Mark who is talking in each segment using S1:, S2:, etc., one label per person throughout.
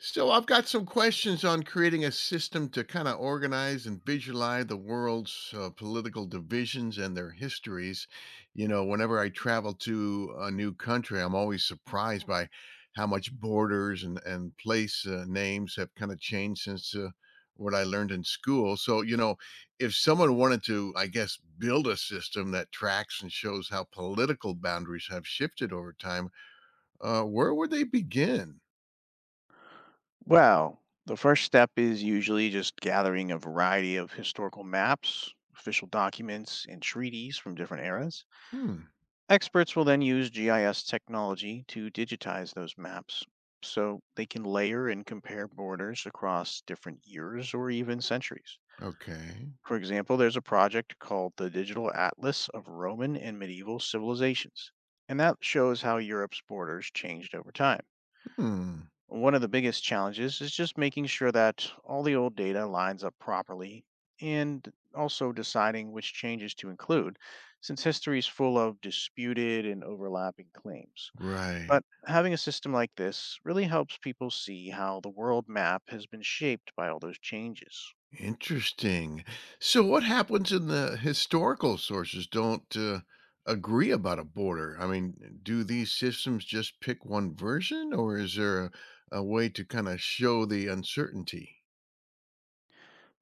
S1: So I've got some questions on creating a system to kind of organize and visualize the world's political divisions and their histories. You know, whenever I travel to a new country, I'm always surprised by how much borders and place names have kind of changed since what I learned in school. So if someone wanted to, I guess, build a system that tracks and shows how political boundaries have shifted over time, where would they begin?
S2: Well, the first step is usually just gathering a variety of historical maps, official documents, and treaties from different eras.
S1: Hmm.
S2: Experts will then use GIS technology to digitize those maps so they can layer and compare borders across different years or even centuries.
S1: Okay.
S2: For example, there's a project called the Digital Atlas of Roman and Medieval Civilizations, and that shows how Europe's borders changed over time.
S1: Hmm.
S2: One of the biggest challenges is just making sure that all the old data lines up properly and also deciding which changes to include, since history is full of disputed and overlapping claims.
S1: Right.
S2: But having a system like this really helps people see how the world map has been shaped by all those changes.
S1: Interesting. So, what happens in the historical sources don't agree about a border? I mean, do these systems just pick one version, or is there a way to kind of show the uncertainty?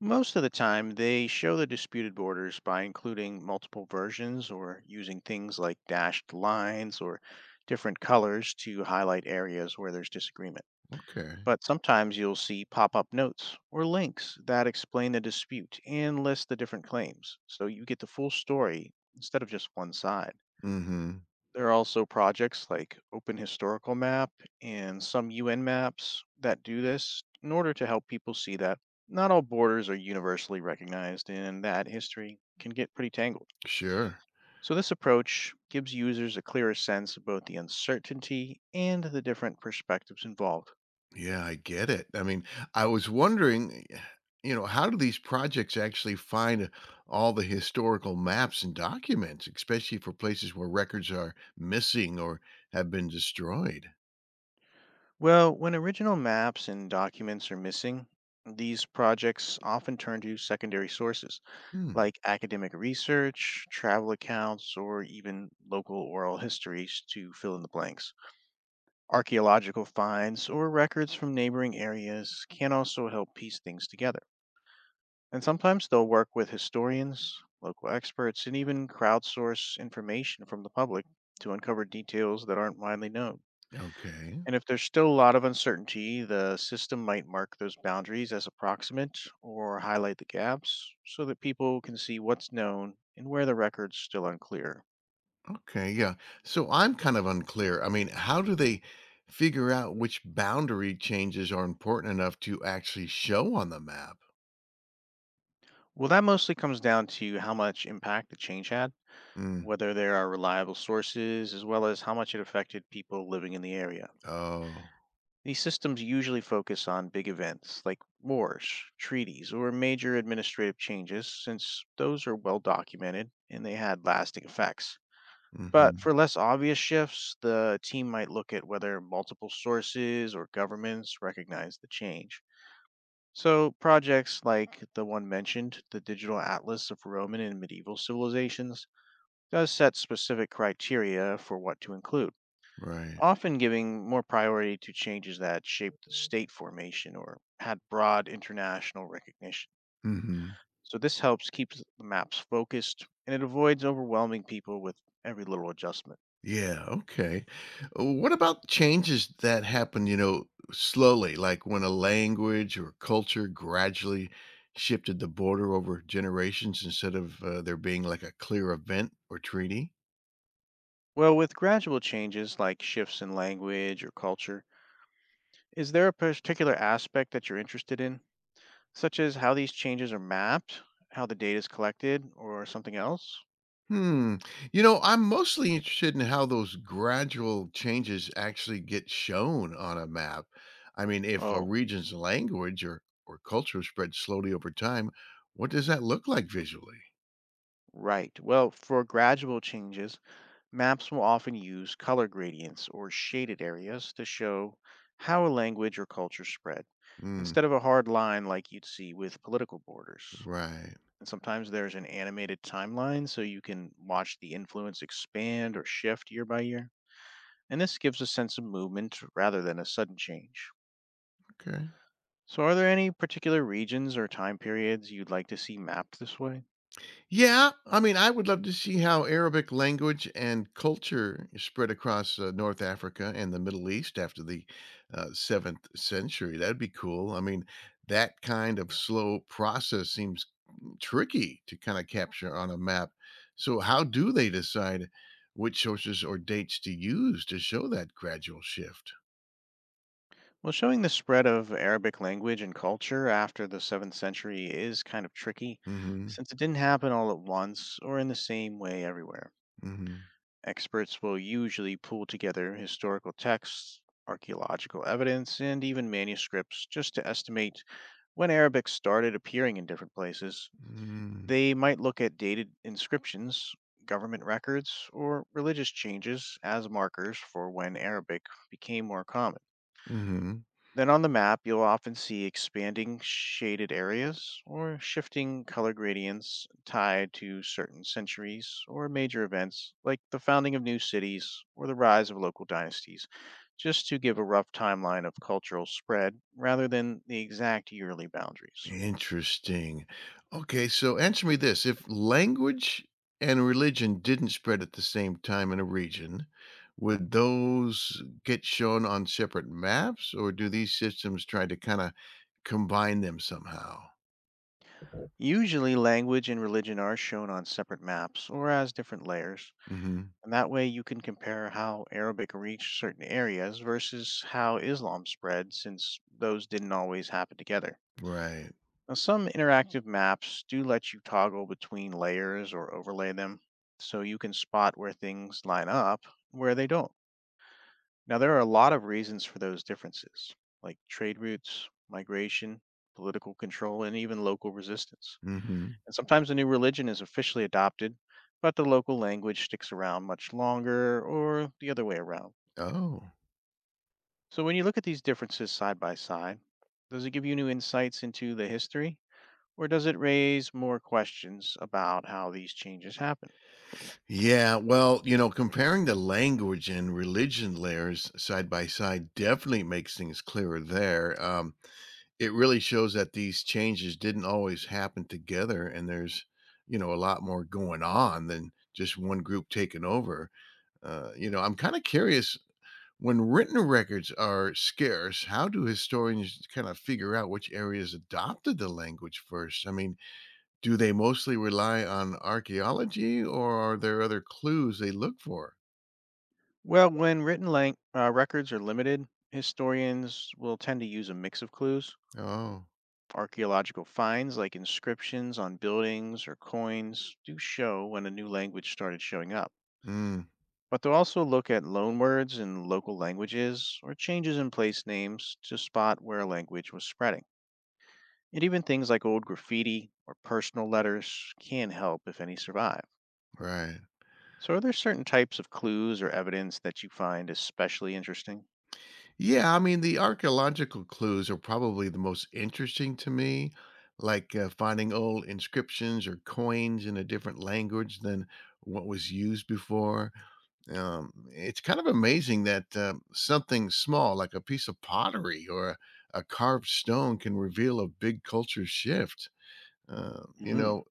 S2: Most of the time, they show the disputed borders by including multiple versions or using things like dashed lines or different colors to highlight areas where there's disagreement.
S1: Okay.
S2: But sometimes you'll see pop up notes or links that explain the dispute and list the different claims, so you get the full story instead of just one side.
S1: Mm-hmm.
S2: There are also projects like Open Historical Map and some UN maps that do this in order to help people see that not all borders are universally recognized and that history can get pretty tangled.
S1: Sure.
S2: So, this approach gives users a clearer sense of both the uncertainty and the different perspectives involved.
S1: Yeah, I get it. I mean, I was wondering, you know, how do these projects actually find all the historical maps and documents, especially for places where records are missing or have been destroyed?
S2: Well, when original maps and documents are missing, these projects often turn to secondary sources
S1: Hmm.
S2: like academic research, travel accounts, or even local oral histories to fill in the blanks. Archaeological finds or records from neighboring areas can also help piece things together. And sometimes they'll work with historians, local experts, and even crowdsource information from the public to uncover details that aren't widely known.
S1: Okay.
S2: And if there's still a lot of uncertainty, the system might mark those boundaries as approximate or highlight the gaps so that people can see what's known and where the record's still unclear.
S1: Okay. Yeah. So I'm kind of unclear. I mean, how do they figure out which boundary changes are important enough to actually show on the map?
S2: Well, that mostly comes down to how much impact the change had,
S1: Mm.
S2: whether there are reliable sources, as well as how much it affected people living in the area.
S1: Oh.
S2: These systems usually focus on big events like wars, treaties, or major administrative changes, since those are well documented and they had lasting effects. But for
S1: Mm-hmm.
S2: less obvious shifts, the team might look at whether multiple sources or governments recognize the change. So, projects like the one mentioned, the Digital Atlas of Roman and Medieval Civilizations, does set specific criteria for what to include,
S1: Right.
S2: often giving more priority to changes that shaped the state formation or had broad international recognition.
S1: Mm-hmm.
S2: So, this helps keep the maps focused and it avoids overwhelming people with every little adjustment.
S1: Yeah, okay. What about changes that happen, you know, slowly, like when a language or culture gradually shifted the border over generations instead of there being like a clear event or treaty?
S2: Well, with gradual changes like shifts in language or culture, is there a particular aspect that you're interested in, such as how these changes are mapped, how the data is collected, or something else?
S1: Hmm. You know, I'm mostly interested in how those gradual changes actually get shown on a map. I mean, if a
S2: Oh,
S1: region's language or culture spreads slowly over time, what does that look like visually?
S2: right. Well, for gradual changes, maps will often use color gradients or shaded areas to show how a language or culture spread, instead
S1: Hmm.
S2: of a hard line like you'd see with political borders.
S1: Right.
S2: And sometimes there's an animated timeline so you can watch the influence expand or shift year by year. And this gives a sense of movement rather than a sudden change.
S1: Okay.
S2: So, are there any particular regions or time periods you'd like to see mapped this way?
S1: Yeah, I mean, I would love to see how Arabic language and culture spread across North Africa and the Middle East after the seventh century. That'd be cool. I mean, that kind of slow process seems tricky to kind of capture on a map. So, how do they decide which sources or dates to use to show that gradual shift?
S2: Well, showing the spread of Arabic language and culture after the 7th century is kind of tricky,
S1: Mm-hmm.
S2: since it didn't happen all at once or in the same way everywhere.
S1: Mm-hmm.
S2: Experts will usually pull together historical texts, archaeological evidence, and even manuscripts just to estimate when Arabic started appearing in different places.
S1: Mm-hmm.
S2: They might look at dated inscriptions, government records, or religious changes as markers for when Arabic became more common.
S1: Mm-hmm.
S2: Then on the map, you'll often see expanding shaded areas or shifting color gradients tied to certain centuries or major events like the founding of new cities or the rise of local dynasties, just to give a rough timeline of cultural spread rather than the exact yearly boundaries.
S1: Interesting. Okay, so answer me this. If language and religion didn't spread at the same time in a region, would those get shown on separate maps or do these systems try to kind of combine them somehow?
S2: Usually, language and religion are shown on separate maps or as different layers,
S1: Hmm.
S2: and that way you can compare how Arabic reached certain areas versus how Islam spread, since those didn't always happen together.
S1: Right.
S2: Now, some interactive maps do let you toggle between layers or overlay them, so you can spot where things line up and where they don't. Now, there are a lot of reasons for those differences, like trade routes, migration, political control, and even local resistance.
S1: Hmm.
S2: And sometimes a new religion is officially adopted, but the local language sticks around much longer or the other way around.
S1: Oh.
S2: So when you look at these differences side by side, does it give you new insights into the history or does it raise more questions about how these changes happen?
S1: Yeah, well, you know, comparing the language and religion layers side by side definitely makes things clearer there. It really shows that these changes didn't always happen together, and there's, you know, a lot more going on than just one group taking over. You know, I'm kind of curious when written records are scarce, how do historians kind of figure out which areas adopted the language first? I mean, do they mostly rely on archaeology or are there other clues they look for?
S2: Well, when records are limited, historians will tend to use a mix of clues.
S1: Oh,
S2: Archaeological finds like inscriptions on buildings or coins do show when a new language started showing up,
S1: mm,
S2: but they'll also look at loanwords in local languages or changes in place names to spot where a language was spreading. And even things like old graffiti or personal letters can help if any survive.
S1: right.
S2: So, are there certain types of clues or evidence that you find especially interesting?
S1: Yeah, I mean, the archaeological clues are probably the most interesting to me, like finding old inscriptions or coins in a different language than what was used before. It's kind of amazing that something small, like a piece of pottery or a carved stone, can reveal a big culture shift. You
S2: Hmm.
S1: know,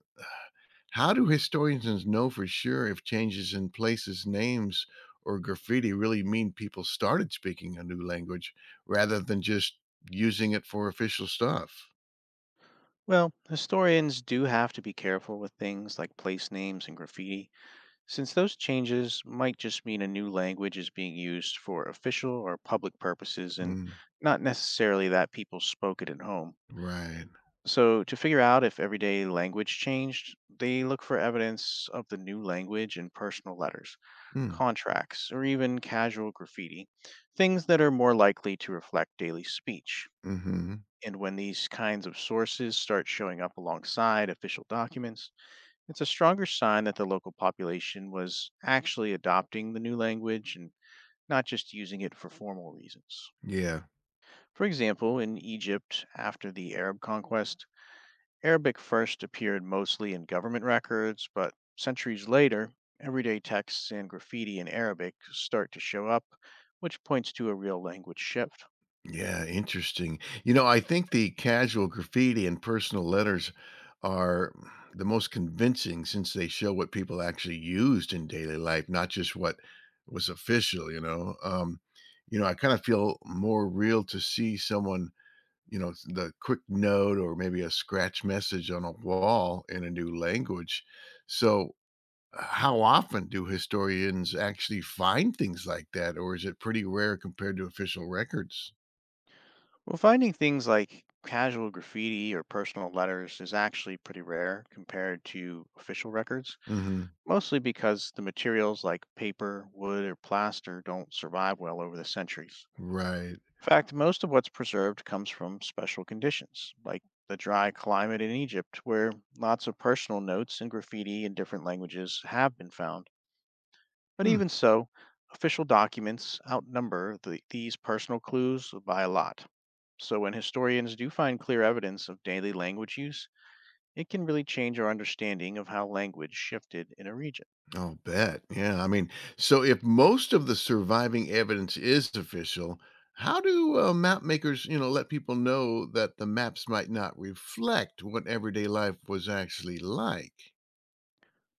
S1: how do historians know for sure if changes in places, names, or graffiti really mean people started speaking a new language rather than just using it for official stuff?
S2: Well, historians do have to be careful with things like place names and graffiti, since those changes might just mean a new language is being used for official or public purposes and
S1: Mm,
S2: not necessarily that people spoke it at home.
S1: right.
S2: So, to figure out if everyday language changed, they look for evidence of the new language in personal letters,
S1: Hmm.
S2: contracts, or even casual graffiti, things that are more likely to reflect daily speech.
S1: Hmm.
S2: And when these kinds of sources start showing up alongside official documents, it's a stronger sign that the local population was actually adopting the new language and not just using it for formal reasons.
S1: Yeah.
S2: For example, in Egypt, after the Arab conquest, Arabic first appeared mostly in government records, but centuries later, everyday texts and graffiti in Arabic start to show up, which points to a real language shift.
S1: Yeah, interesting. You know, I think the casual graffiti and personal letters are the most convincing since they show what people actually used in daily life, not just what was official, you know. You know, I kind of feel more real to see someone, you know, the quick note or maybe a scratch message on a wall in a new language. So, how often do historians actually find things like that, or is it pretty rare compared to official records?
S2: Well, finding things like casual graffiti or personal letters is actually pretty rare compared to official records,
S1: Mm-hmm.
S2: mostly because the materials like paper, wood, or plaster don't survive well over the centuries.
S1: Right.
S2: In fact, most of what's preserved comes from special conditions, like the dry climate in Egypt, where lots of personal notes and graffiti in different languages have been found. But
S1: Hmm.
S2: even so, official documents outnumber these personal clues by a lot. So when historians do find clear evidence of daily language use, it can really change our understanding of how language shifted in a region.
S1: I'll bet. Yeah. I mean, so if most of the surviving evidence is official, how do map makers, you know, let people know that the maps might not reflect what everyday life was actually like?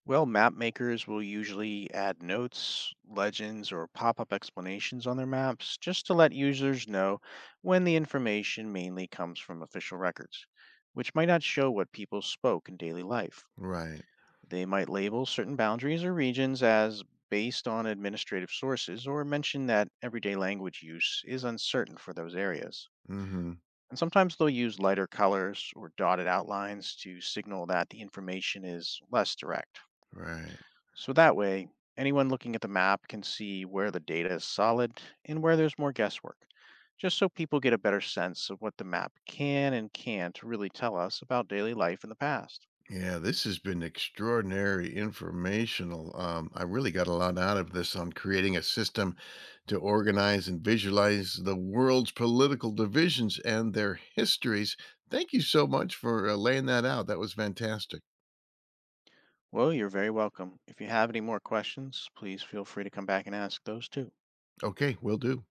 S2: Well, map makers will usually add notes, legends, or pop up explanations on their maps just to let users know when the information mainly comes from official records, which might not show what people spoke in daily life.
S1: Right.
S2: They might label certain boundaries or regions as based on administrative sources or mention that everyday language use is uncertain for those areas.
S1: Mm-hmm.
S2: And sometimes they'll use lighter colors or dotted outlines to signal that the information is less direct.
S1: Right.
S2: So that way, anyone looking at the map can see where the data is solid and where there's more guesswork, just so people get a better sense of what the map can and can't really tell us about daily life in the past.
S1: Yeah, this has been extraordinary informational. I really got a lot out of this on creating a system to organize and visualize the world's political divisions and their histories. Thank you so much for laying that out. That was fantastic.
S2: Well, you're very welcome. If you have any more questions, please feel free to come back and ask those too.
S1: Okay, we'll do.